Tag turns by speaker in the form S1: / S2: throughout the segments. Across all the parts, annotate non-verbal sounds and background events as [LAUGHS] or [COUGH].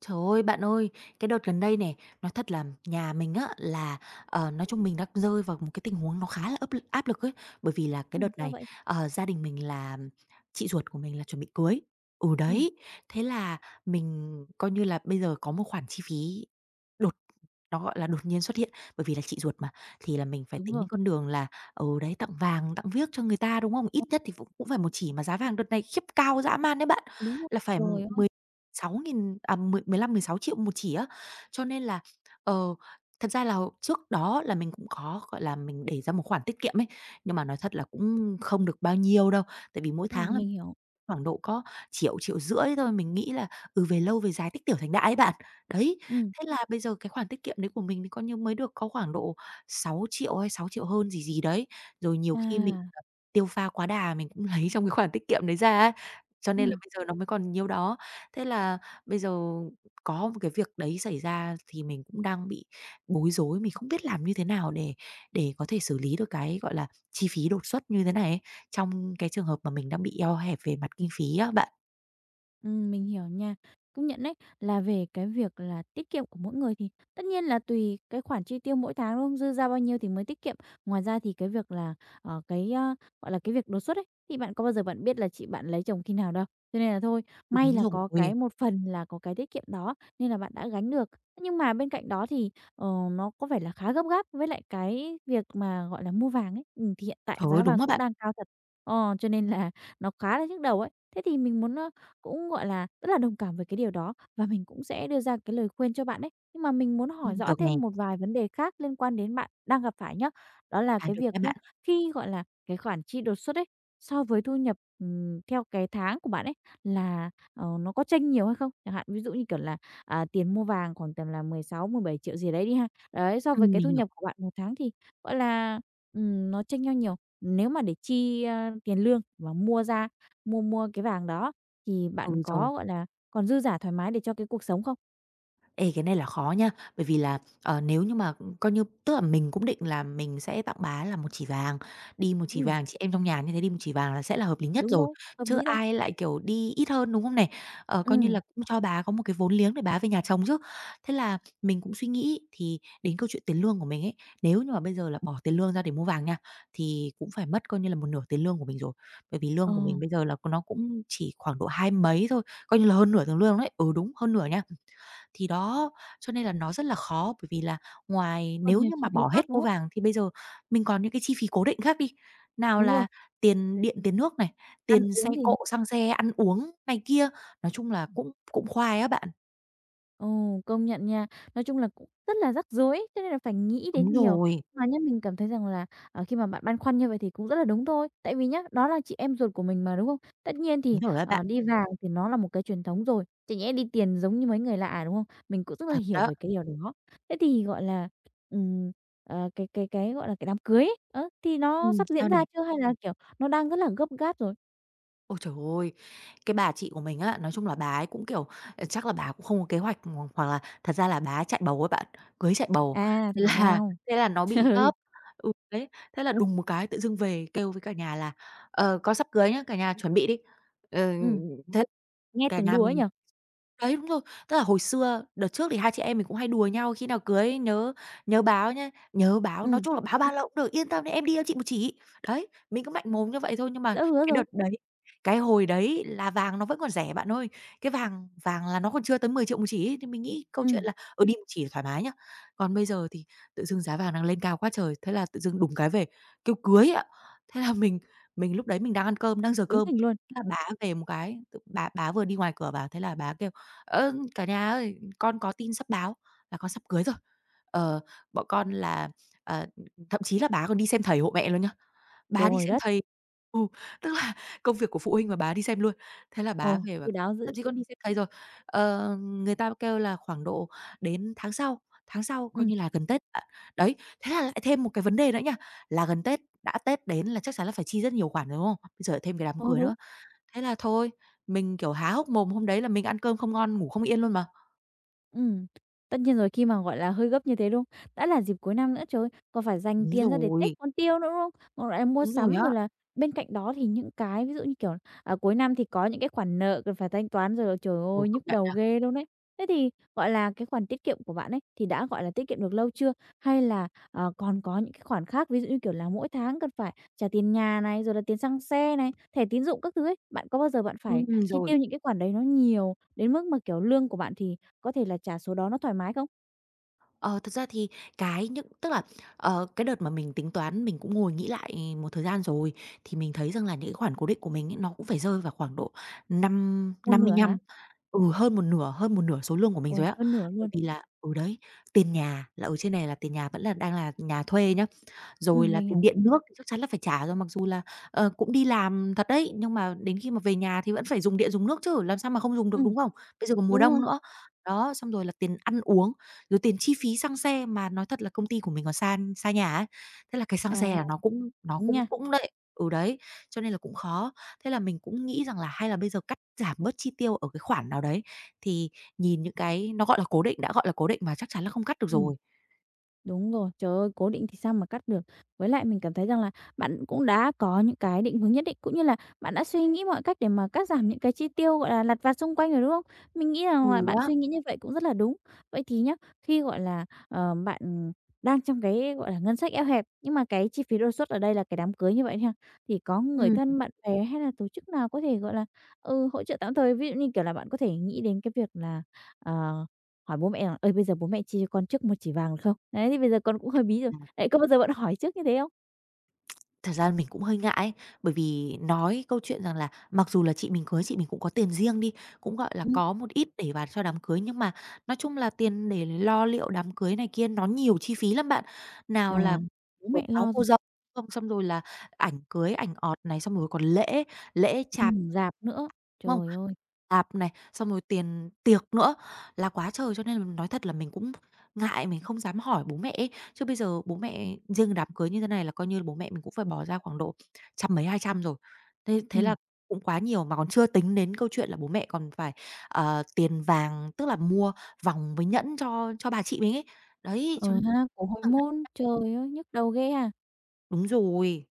S1: Trời ơi, bạn ơi, cái đợt gần đây này nói thật là nhà mình á là, nói chung mình đang rơi vào một cái tình huống nó khá là ấp l áp lực ấy, bởi vì là cái
S2: Ừm,
S1: đợt
S2: sao
S1: này,
S2: vậy?
S1: gia đình mình là chị ruột của mình là chuẩn bị cưới. Ừ,
S2: Ừm,
S1: đấy, thế là mình coi như là bây giờ có một khoản chi phí đột nó, gọi là, đột nhiên xuất hiện, bởi vì là chị ruột mà, thì là mình phải
S2: đúng
S1: tính
S2: rồi.
S1: đến con đường là, ừ, đấy, tặng vàng, tặng viếc cho người ta, đúng không? Ít
S2: Ờ,
S1: nhất thì cũng cũng phải một chỉ mà giá vàng đợt này khiếp cao dã man đấy bạn,
S2: đúng rồi.
S1: là phải
S2: Trời ơi!
S1: 6.000 à, mười mười lăm mười sáu triệu một chỉ á. Cho nên là, ờ, thật ra là trước đó là mình cũng có, gọi là, mình để ra một khoản tiết kiệm ấy, nhưng mà nói thật là cũng không được bao nhiêu đâu, tại vì mỗi tháng là
S2: Mình hiểu.
S1: khoảng độ có triệu triệu rưỡi thôi, mình nghĩ là, ừ, về lâu về dài tích tiểu thành đại ấy bạn. Đấy,
S2: Ừm,
S1: thế là bây giờ cái khoản tiết kiệm đấy của mình thì coi như mới được có khoảng độ 6.000.000 hay 6.000.000 hơn gì gì đấy. Rồi nhiều khi mình,
S2: à,
S1: tiêu pha quá đà mình cũng [LAUGHS] lấy trong cái khoản tiết kiệm đấy ra ấy, cho nên là
S2: ừm.
S1: bây giờ nó mới còn nhiêu đó. Thế là bây giờ có một cái việc đấy xảy ra thì mình cũng đang bị bối rối, mình không biết làm như thế nào để có thể xử lý được cái, gọi là, chi phí đột xuất như thế này ấy, trong cái trường hợp mà mình đang bị eo hẹp về mặt kinh phí á bạn.
S2: Mình hiểu nha. Cũng nhận đấy, là về cái việc là tiết kiệm của mỗi người thì tất nhiên là tùy cái khoản chi tiêu mỗi tháng, đúng không? Dư ra bao nhiêu thì mới tiết kiệm. Ngoài ra thì cái việc là, cái, gọi là, cái việc đột xuất ấy, thì bạn có bao giờ bạn biết là chị bạn lấy chồng khi nào đâu. Cho nên là thôi, may
S1: Đúng
S2: là có
S1: rồi,
S2: cái một phần là có cái tiết kiệm đó nên là bạn đã gánh được. Nhưng mà bên cạnh đó thì, nó có vẻ là khá gấp gáp với lại cái việc mà, gọi là, mua vàng ấy. Thì hiện tại
S1: trời ơi,
S2: giá
S1: đúng
S2: vàng
S1: á
S2: cũng
S1: bạn.
S2: đang cao thật, cho nên là nó khá là nhức đầu ấy. Thế thì mình muốn, cũng, gọi là, rất là đồng cảm với cái điều đó và mình cũng sẽ đưa ra cái lời khuyên cho bạn đấy. Nhưng mà mình muốn hỏi rõ
S1: Được nè,
S2: thêm một vài vấn đề khác liên quan đến bạn đang gặp phải nhá. Đó là
S1: à,
S2: cái
S1: được
S2: việc
S1: nha
S2: nhá,
S1: bạn.
S2: khi, gọi là, cái khoản chi đột xuất ấy, so với thu nhập, theo cái tháng của bạn ấy là, nó có chênh nhiều hay không? Chẳng hạn ví dụ như, kiểu là, tiền mua vàng khoảng tầm là mười sáu mười bảy triệu gì đấy đi ha. Đấy, so với cái
S1: Mình
S2: thu
S1: hiểu.
S2: nhập của bạn một tháng thì, gọi là, nó chênh nhau nhiều. Nếu mà để chi, tiền lương và mua ra mua mua cái vàng đó thì
S1: Ừ,
S2: bạn
S1: rồi.
S2: có, gọi là, còn dư dả thoải mái để cho cái cuộc sống không?
S1: Ê, cái này là khó nha, bởi vì là, nếu như mà, coi như tức là mình cũng định là mình sẽ tặng bà ấy là một chỉ vàng, đi một chỉ
S2: Ừm,
S1: vàng, chị em trong nhà như thế đi một chỉ vàng là sẽ là hợp lý nhất
S2: đúng
S1: rồi,
S2: rồi, hợp
S1: chứ
S2: lý thôi.
S1: ai lại, kiểu, đi ít hơn, đúng không này? Ờ, coi như là
S2: Ừm.
S1: cũng cho bà có một cái vốn liếng để bà về nhà chồng chứ. Thế là mình cũng suy nghĩ thì đến câu chuyện tiền lương của mình ấy, nếu như mà bây giờ là bỏ tiền lương ra để mua vàng nha, thì cũng phải mất coi như là một nửa tiền lương của mình rồi, bởi vì
S2: Ờ,
S1: lương của mình bây giờ là nó cũng chỉ khoảng độ hai mấy thôi, coi như là hơn nửa tiền lương đấy. Ừ, đúng, hơn nửa nha. Thì đó, cho nên là nó rất là khó, bởi vì là ngoài
S2: còn
S1: nếu
S2: nhiều
S1: như
S2: chi
S1: mà
S2: phí
S1: bỏ hết
S2: khác, đúng
S1: mua
S2: không?
S1: vàng thì bây giờ mình còn những cái chi phí cố định khác đi, nào
S2: Đúng rồi,
S1: là tiền điện, tiền nước này,
S2: ăn
S1: tiền xe
S2: uống thì
S1: cộ, xăng xe, ăn uống này kia, nói chung là cũng cũng khoai á bạn.
S2: Ồ, công nhận nha. Nói chung là cũng rất là rắc rối, cho nên là phải nghĩ
S1: Đúng
S2: đến nhiều.
S1: rồi,
S2: Mà nhá, mình cảm thấy rằng là, khi mà bạn băn khoăn như vậy thì cũng rất là đúng thôi. Tại vì nhá, đó là chị em ruột của mình mà, đúng không? Tất nhiên
S1: đúng
S2: thì,
S1: rồi á bạn,
S2: đi vàng thì nó là một cái truyền thống rồi, chả nhẽ đi tiền giống như mấy người lạ, đúng không? Mình cũng rất là
S1: thật
S2: hiểu
S1: đó.
S2: về cái điều đó. Thế thì, gọi là, ừm, cái, gọi là, cái đám cưới ấy, thì nó sắp
S1: Sao
S2: diễn
S1: nè?
S2: ra chưa hay là, kiểu, nó đang rất là gấp gáp rồi?
S1: Ôi trời ơi! Cái bà chị của mình á, nói chung là bà ấy cũng, kiểu, chắc là bà cũng không có kế hoạch, hoặc hoặc là thật ra là bà ấy chạy bầu ấy bạn, cưới chạy bầu,
S2: À,
S1: thế
S2: thảo
S1: là
S2: nào.
S1: [LAUGHS] thế là nó
S2: [LAUGHS]
S1: bị gấp.
S2: Trời!
S1: Ừ, đấy, thế là đùng một cái tự dưng về kêu với cả nhà là "Ờ, con sắp cưới nhá, cả nhà chuẩn bị đi." Ờ,
S2: Ừm,
S1: thế
S2: nghe
S1: cả
S2: tưởng
S1: nhà
S2: đùa ấy
S1: mình,
S2: nhỉ?
S1: đấy, đúng rồi. Tức là hồi xưa, đợt trước thì hai chị em mình cũng hay đùa nhau khi nào cưới nhớ nhớ báo nhá, nhớ báo, nói
S2: Ừm,
S1: chung là báo ba lâu cũng được, "Yên tâm đi, em đi cho chị một chỉ." Đấy, mình cứ mạnh mồm như vậy thôi, nhưng mà
S2: lỡ hứa
S1: cái đợt
S2: rồi.
S1: đấy cái hồi đấy là vàng nó vẫn còn rẻ bạn ơi. Cái vàng vàng là nó còn chưa tới 10.000.000 một chỉ ấy, thì mình nghĩ câu chuyện
S2: Ừm.
S1: là, ừ, đi một chỉ thoải mái nhá. Còn bây giờ thì tự dưng giá vàng đang lên cao quá trời, thế là tự dưng đùng cái về, kêu cưới ạ. Thế là mình lúc đấy mình đang ăn cơm, đang giờ
S2: Đứng
S1: cơm,
S2: hình luôn.
S1: thế là bá về một cái, tự bá bá vừa đi ngoài cửa vào, thế là bá kêu "Ơ, cả nhà ơi, con có tin sắp báo là con sắp cưới rồi. Ờ, bọn con là, ờ, thậm chí là bà còn đi xem thầy hộ mẹ luôn nhá. Bà đi
S2: Trời
S1: xem
S2: đất!
S1: thầy." Ừ, tức là [LAUGHS] công việc của phụ huynh mà bà đi xem luôn. Thế là bà
S2: Ồ,
S1: về và
S2: chu đáo dữ.
S1: "Thậm chí con đi xem thầy rồi. Ờ, người ta kêu là khoảng độ đến tháng sau coi
S2: Ừm,
S1: như là gần Tết bạn." Đấy, thế là lại thêm một cái vấn đề nữa nhá, là gần Tết, đã Tết đến là chắc chắn là phải chi rất nhiều khoản rồi, đúng không? Bây giờ lại thêm cái đám
S2: ừ,
S1: cưới
S2: đúng
S1: nữa. Thế là thôi, mình, kiểu, há hốc mồm, hôm đấy là mình ăn cơm không ngon, ngủ không yên luôn mà.
S2: Ừm, tất nhiên rồi, khi mà, gọi là, hơi gấp như thế, đúng không? Đã là dịp cuối năm nữa, trời ơi, còn phải dành
S1: Đúng
S2: tiền ra để Tết
S1: rồi,
S2: còn tiêu nữa, đúng không? Còn lại mua
S1: đúng rồi
S2: sắm
S1: á.
S2: rồi là bên cạnh đó thì những cái ví dụ như, kiểu, cuối năm thì có những cái khoản nợ cần phải thanh toán rồi, trời
S1: Ừ,
S2: ơi,
S1: công
S2: nhức
S1: nhận nha.
S2: đầu ghê luôn ấy. Thế thì, gọi là, cái khoản tiết kiệm của bạn ấy thì đã, gọi là, tiết kiệm được lâu chưa? Hay là, còn có những cái khoản khác, ví dụ như, kiểu là, mỗi tháng cần phải trả tiền nhà này, rồi là tiền xăng xe này, thẻ tín dụng các thứ ấy, bạn có bao giờ bạn phải chi
S1: Rồi.
S2: tiêu những cái khoản đấy nó nhiều đến mức mà, kiểu, lương của bạn thì có thể là trả số đó nó thoải mái không?
S1: Ờ, thật ra thì cái những tức là, cái đợt mà mình tính toán mình cũng ngồi nghĩ lại một thời gian rồi, thì mình thấy rằng là những cái khoản cố định của mình ấy nó cũng phải rơi vào khoảng độ năm
S2: Một nửa hả?
S1: 55, ừ, hơn một nửa số lương của mình
S2: Ôi,
S1: rồi á.
S2: hơn nửa
S1: Bởi
S2: luôn.
S1: vì là ừ, đấy, tiền nhà là ở trên này là tiền nhà vẫn là đang là nhà thuê nhá. Rồi là
S2: Mình
S1: tiền
S2: hiểu.
S1: điện nước thì chắc chắn là phải trả rồi, mặc dù là, cũng đi làm thật đấy, nhưng mà đến khi mà về nhà thì vẫn phải dùng điện dùng nước chứ, làm sao mà không dùng được,
S2: Ừm,
S1: đúng không? Bây giờ còn mùa
S2: đúng
S1: đông
S2: rồi.
S1: nữa. Đó, xong rồi là tiền ăn uống, rồi tiền chi phí xăng xe, mà nói thật là công ty của mình còn xa xa nhà ấy, thế là cái xăng
S2: À,
S1: xe là nó
S2: đúng
S1: cũng
S2: nha.
S1: cũng đấy. Ừ, đấy, cho nên là cũng khó. Thế là mình cũng nghĩ rằng là hay là bây giờ cắt giảm bớt chi tiêu ở cái khoản nào đấy, thì nhìn những cái nó, gọi là, cố định, đã gọi là cố định mà chắc chắn là không cắt được
S2: Ừm.
S1: rồi.
S2: Đúng rồi, trời ơi, cố định thì sao mà cắt được. Với lại mình cảm thấy rằng là bạn cũng đã có những cái định hướng nhất định, cũng như là bạn đã suy nghĩ mọi cách để mà cắt giảm những cái chi tiêu, gọi là, lặt vặt xung quanh rồi, đúng không? Mình nghĩ
S1: Ừ,
S2: rằng là bạn
S1: á,
S2: suy nghĩ như vậy cũng rất là đúng. Vậy thì nhá, khi, gọi là, bạn đang trong cái, gọi là, ngân sách eo hẹp, nhưng mà cái chi phí đột xuất ở đây là cái đám cưới như vậy ha, thì có người thân, bạn bè hay là tổ chức nào có thể, gọi là, ừ, hỗ trợ tạm thời? Ví dụ như, kiểu là, bạn có thể nghĩ đến cái việc là, ờ Hỏi bố mẹ là "Ơi, bây giờ bố mẹ chia cho con trước một chỉ vàng được không?" Đấy, thì bây giờ con cũng hơi bí rồi.
S1: ừm.
S2: Đấy, có bao giờ bạn hỏi trước như thế không?
S1: Thật ra mình cũng hơi ngại ấy, bởi vì nói câu chuyện rằng là mặc dù là chị mình cưới, chị mình cũng có tiền riêng đi, cũng, gọi là,
S2: Ừm,
S1: có một ít để vào cho đám cưới, nhưng mà nói chung là tiền để lo liệu đám cưới này kia nó nhiều chi phí lắm bạn.
S2: à,
S1: Nào là
S2: bố
S1: quần
S2: mẹ
S1: áo
S2: lo
S1: cô
S2: rồi.
S1: dâu, không, xong rồi là ảnh cưới, ảnh ọt này, xong rồi còn lễ, lễ chạp,
S2: Rạp nữa,
S1: đúng không?
S2: trời ơi!
S1: Tạp này, xong rồi tiền tiệc nữa, là quá trời. Cho nên là nói thật là mình cũng ngại, mình không dám hỏi bố mẹ ấy, chứ bây giờ bố mẹ riêng đám cưới như thế này là coi như là bố mẹ mình cũng phải bỏ ra khoảng độ trăm mấy 200 rồi. Thế thế là
S2: Ừm.
S1: cũng quá nhiều mà còn chưa tính đến câu chuyện là bố mẹ còn phải, tiền vàng, tức là mua vòng với nhẫn cho bà chị mình ấy. Đấy, cho nên
S2: Ờ
S1: là-
S2: ha, cổ hormone, trời ơi, nhức đầu ghê ha!
S1: đúng rồi,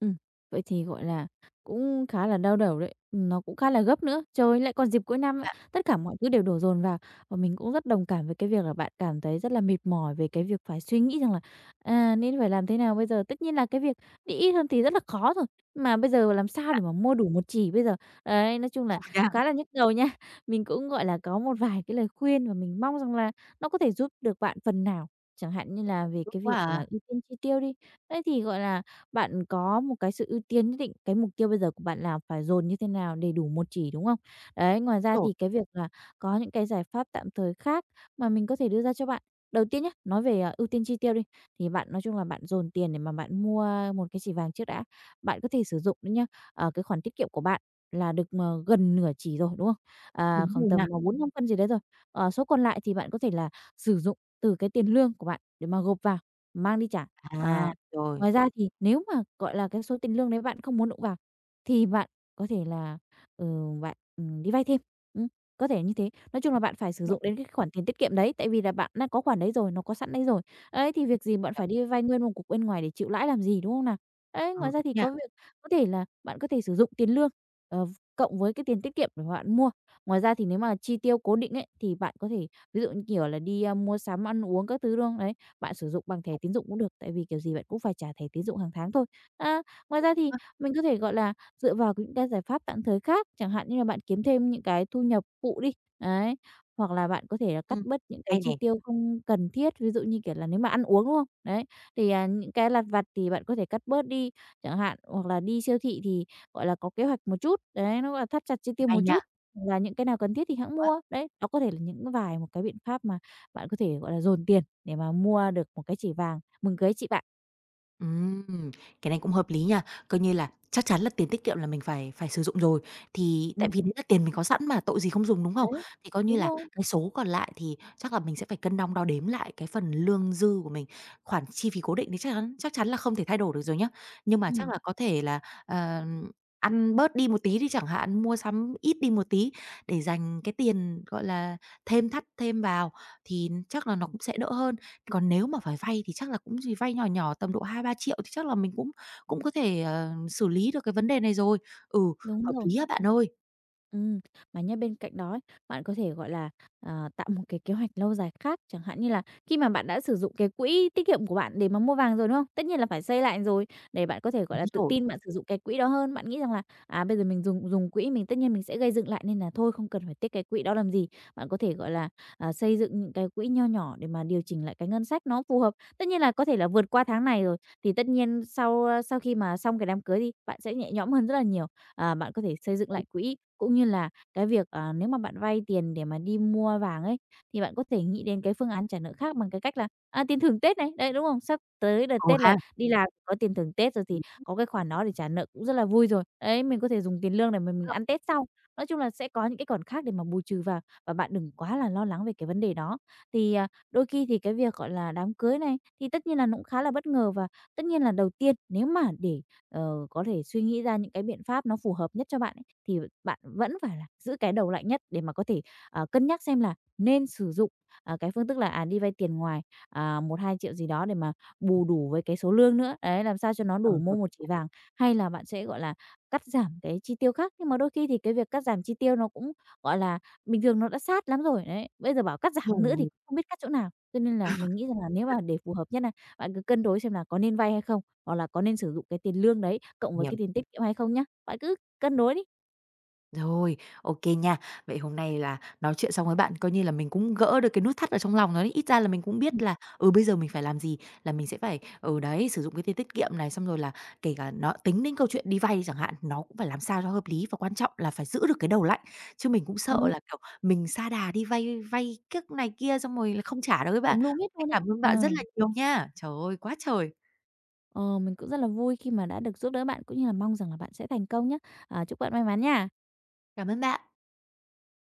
S2: Ừm, vậy thì, gọi là, cũng khá là đau đầu đấy, nó cũng khá là gấp nữa. Trời, lại còn dịp cuối năm nữa, tất cả mọi thứ đều đổ dồn vào. Và mình cũng rất đồng cảm với cái việc là bạn cảm thấy rất là mệt mỏi về cái việc phải suy nghĩ rằng là, nên phải làm thế nào bây giờ. Tất nhiên là cái việc đi ít hơn thì rất là khó rồi, mà bây giờ làm sao để mà mua đủ một chỉ bây giờ? Đấy, nói chung là
S1: rồi nha.
S2: khá là nhức đầu nha. [LAUGHS] Mình cũng, gọi là, có một vài cái lời khuyên và mình mong rằng là nó có thể giúp được bạn phần nào, chẳng hạn như là về
S1: Tốt
S2: cái việc
S1: quá à.
S2: là ưu tiên chi tiêu đi. Thế thì, gọi là, bạn có một cái sự ưu tiên nhất định, cái mục tiêu bây giờ của bạn là phải dồn như thế nào để đủ một chỉ, đúng không? Đấy, ngoài ra
S1: Đúng rồi,
S2: thì cái việc là có những cái giải pháp tạm thời khác mà mình có thể đưa ra cho bạn. Đầu tiên nhé nói về, ưu tiên chi tiêu đi, thì bạn nói chung là bạn dồn tiền để mà bạn mua một cái chỉ vàng trước đã. Bạn có thể sử dụng đấy nhá, cái khoản tiết kiệm của bạn là được, gần nửa chỉ rồi, đúng không? À,
S1: đúng
S2: khoảng
S1: rồi
S2: tầm,
S1: nha.
S2: 4-5 cân gì đấy rồi. Ờ, số còn lại thì bạn có thể là sử dụng từ cái tiền lương của bạn để mà gộp vào, mang đi trả.
S1: À,
S2: Ờ.
S1: rồi.
S2: Ngoài ra thì nếu mà, gọi là, cái số tiền lương đấy bạn không muốn đụng vào thì bạn có thể là, ừ, bạn, đi vay thêm, ừm, có thể như thế. Nói chung là bạn phải sử dụng đến cái khoản tiền tiết kiệm đấy, tại vì là bạn đang có khoản đấy rồi, nó có sẵn đấy rồi. Ấy, thì việc gì bạn phải đi vay nguyên một cục bên ngoài để chịu lãi làm gì, đúng không nào? Ấy,
S1: Ờ,
S2: ngoài ra
S1: đúng
S2: thì
S1: nha,
S2: có việc có thể là bạn có thể sử dụng tiền lương, ờ, cộng với cái tiền tiết kiệm để bạn mua. Ngoài ra thì nếu mà chi tiêu cố định ấy, thì bạn có thể ví dụ như, kiểu là, đi, mua sắm, ăn uống các thứ, đúng không? Đấy bạn sử dụng bằng thẻ tín dụng cũng được, tại vì kiểu gì bạn cũng phải trả thẻ tín dụng hàng tháng thôi. À, ngoài ra
S1: đúng
S2: thì
S1: á.
S2: mình có thể, gọi là, dựa vào những cái giải pháp tạm thời khác, chẳng hạn như là bạn kiếm thêm những cái thu nhập phụ đi, đấy hoặc là bạn có thể là cắt
S1: Ừm,
S2: bớt những cái
S1: hay
S2: chi
S1: nè,
S2: tiêu không cần thiết, ví dụ như kiểu là nếu mà ăn uống, đúng không? Đấy, thì, những cái lặt vặt thì bạn có thể cắt bớt đi chẳng hạn, hoặc là đi siêu thị thì, gọi là, có kế hoạch một chút, đấy, nó, gọi là, thắt chặt chi tiêu
S1: hay
S2: một
S1: nha.
S2: chút, là những cái nào cần thiết thì hãng mua. Đấy, đó có thể là những vài một cái biện pháp mà bạn có thể, gọi là, dồn tiền để mà mua được một cái chỉ vàng mừng cưới chị bạn.
S1: Ừm, cái này cũng hợp lý nha. Coi như là chắc chắn là tiền tiết kiệm là mình phải phải sử dụng rồi, thì
S2: Ừm,
S1: tại vì đấy là tiền mình có sẵn mà, tội gì không dùng, đúng không?
S2: đấy,
S1: Thì coi như
S2: đúng
S1: là
S2: rồi,
S1: cái số còn lại thì chắc là mình sẽ phải cân đong đo đếm lại cái phần lương dư của mình. Khoản chi phí cố định thì chắc chắn là không thể thay đổi được rồi nhá. Nhưng mà chắc
S2: ừm,
S1: là có thể là, ờ, ăn bớt đi một tí đi chẳng hạn, mua sắm ít đi một tí để dành cái tiền, gọi là, thêm thắt thêm vào thì chắc là nó cũng sẽ đỡ hơn. Còn nếu mà phải vay thì chắc là cũng gì vay nhỏ nhỏ tầm độ hai ba triệu thì chắc là mình cũng cũng có thể, xử lý được cái vấn đề này rồi. Ừ,
S2: đúng
S1: hợp
S2: rồi.
S1: lý á bạn ơi.
S2: Ừm, mà nhá, bên cạnh đó ấy, bạn có thể, gọi là, tạo một cái kế hoạch lâu dài khác, chẳng hạn như là khi mà bạn đã sử dụng cái quỹ tiết kiệm của bạn để mà mua vàng rồi, đúng không? Tất nhiên là phải xây lại rồi, để bạn có thể, gọi
S1: Đúng
S2: là, tự
S1: rồi.
S2: tin bạn sử dụng cái quỹ đó hơn. Bạn nghĩ rằng là, bây giờ mình dùng dùng quỹ mình tất nhiên mình sẽ gây dựng lại nên là thôi không cần phải tiết cái quỹ đó làm gì. Bạn có thể, gọi là, xây dựng những cái quỹ nho nhỏ để mà điều chỉnh lại cái ngân sách nó phù hợp. Tất nhiên là có thể là vượt qua tháng này rồi, thì tất nhiên sau, sau khi mà xong cái đám cưới đi, bạn sẽ nhẹ nhõm hơn rất là nhiều bạn có thể xây dựng
S1: Đúng.
S2: lại quỹ, cũng như là cái việc, nếu mà bạn vay tiền để mà đi mua vàng ấy, thì bạn có thể nghĩ đến cái phương án trả nợ khác bằng cái cách là, tiền thưởng Tết này, đấy, đúng không? Sắp tới đợt
S1: Ừ
S2: Tết
S1: ha.
S2: là đi làm có tiền thưởng Tết rồi thì
S1: Đúng
S2: có cái khoản đó để trả nợ cũng rất là vui rồi. Đấy, mình có thể dùng tiền lương để mà mình
S1: đó.
S2: ăn Tết sau. Nói chung là sẽ có những cái khoản khác để mà bù trừ vào và bạn đừng quá là lo lắng về cái vấn đề đó. Thì, đôi khi thì cái việc, gọi là, đám cưới này, thì tất nhiên là nó cũng khá là bất ngờ và tất nhiên là đầu tiên nếu mà để có thể suy nghĩ ra những cái biện pháp nó phù hợp nhất cho bạn ấy, thì bạn vẫn phải là giữ cái đầu lạnh nhất để mà có thể, cân nhắc xem là nên sử dụng, cái phương thức là, đi vay tiền ngoài, 1.000.000 gì đó để mà bù đủ với cái số lương nữa, đấy, làm sao cho nó
S1: Ờ,
S2: đủ mua
S1: hợp
S2: một chỉ vàng, hay là bạn sẽ, gọi là, cắt giảm cái chi tiêu khác. Nhưng mà đôi khi thì cái việc cắt giảm chi tiêu nó cũng, gọi là, bình thường nó đã sát lắm rồi, đấy, bây giờ bảo cắt
S1: lý
S2: giảm nữa thì
S1: rồi.
S2: không biết cắt chỗ nào. Cho nên là mình nghĩ rằng là nếu mà để phù hợp nhất là bạn cứ cân đối xem là có nên vay hay không hoặc là có nên sử dụng cái tiền lương đấy cộng với
S1: Hiểu.
S2: cái tiền tiết kiệm hay không nhá. Bạn cứ cân đối đi.
S1: Rồi, ok nha. Vậy hôm nay là nói chuyện xong với bạn coi như là mình cũng gỡ được cái nút thắt ở trong lòng rồi đấy. Ít ra là mình cũng biết
S2: Ừm,
S1: là, ừ, bây giờ mình phải làm gì, là mình sẽ phải, ừ, đấy, sử dụng cái tiền tiết kiệm này, xong rồi là kể cả nó tính đến câu chuyện đi vay chẳng hạn, nó cũng phải làm sao cho hợp lý và quan trọng là phải giữ được cái đầu lạnh. Chứ mình cũng
S2: ừ,
S1: sợ là, kiểu, mình sa đà đi vay vay kiếc này kia xong rồi là không trả đâu các bạn.
S2: tùm lum hết luôn ấy.
S1: Cảm ơn bạn
S2: Ờ,
S1: rất là nhiều nha. Trời ơi, quá trời!
S2: ờ, mình cũng rất là vui khi mà đã được giúp đỡ bạn cũng như là mong rằng là bạn sẽ thành công nhá. À, chúc bạn may mắn nha.
S1: Cảm ơn bạn.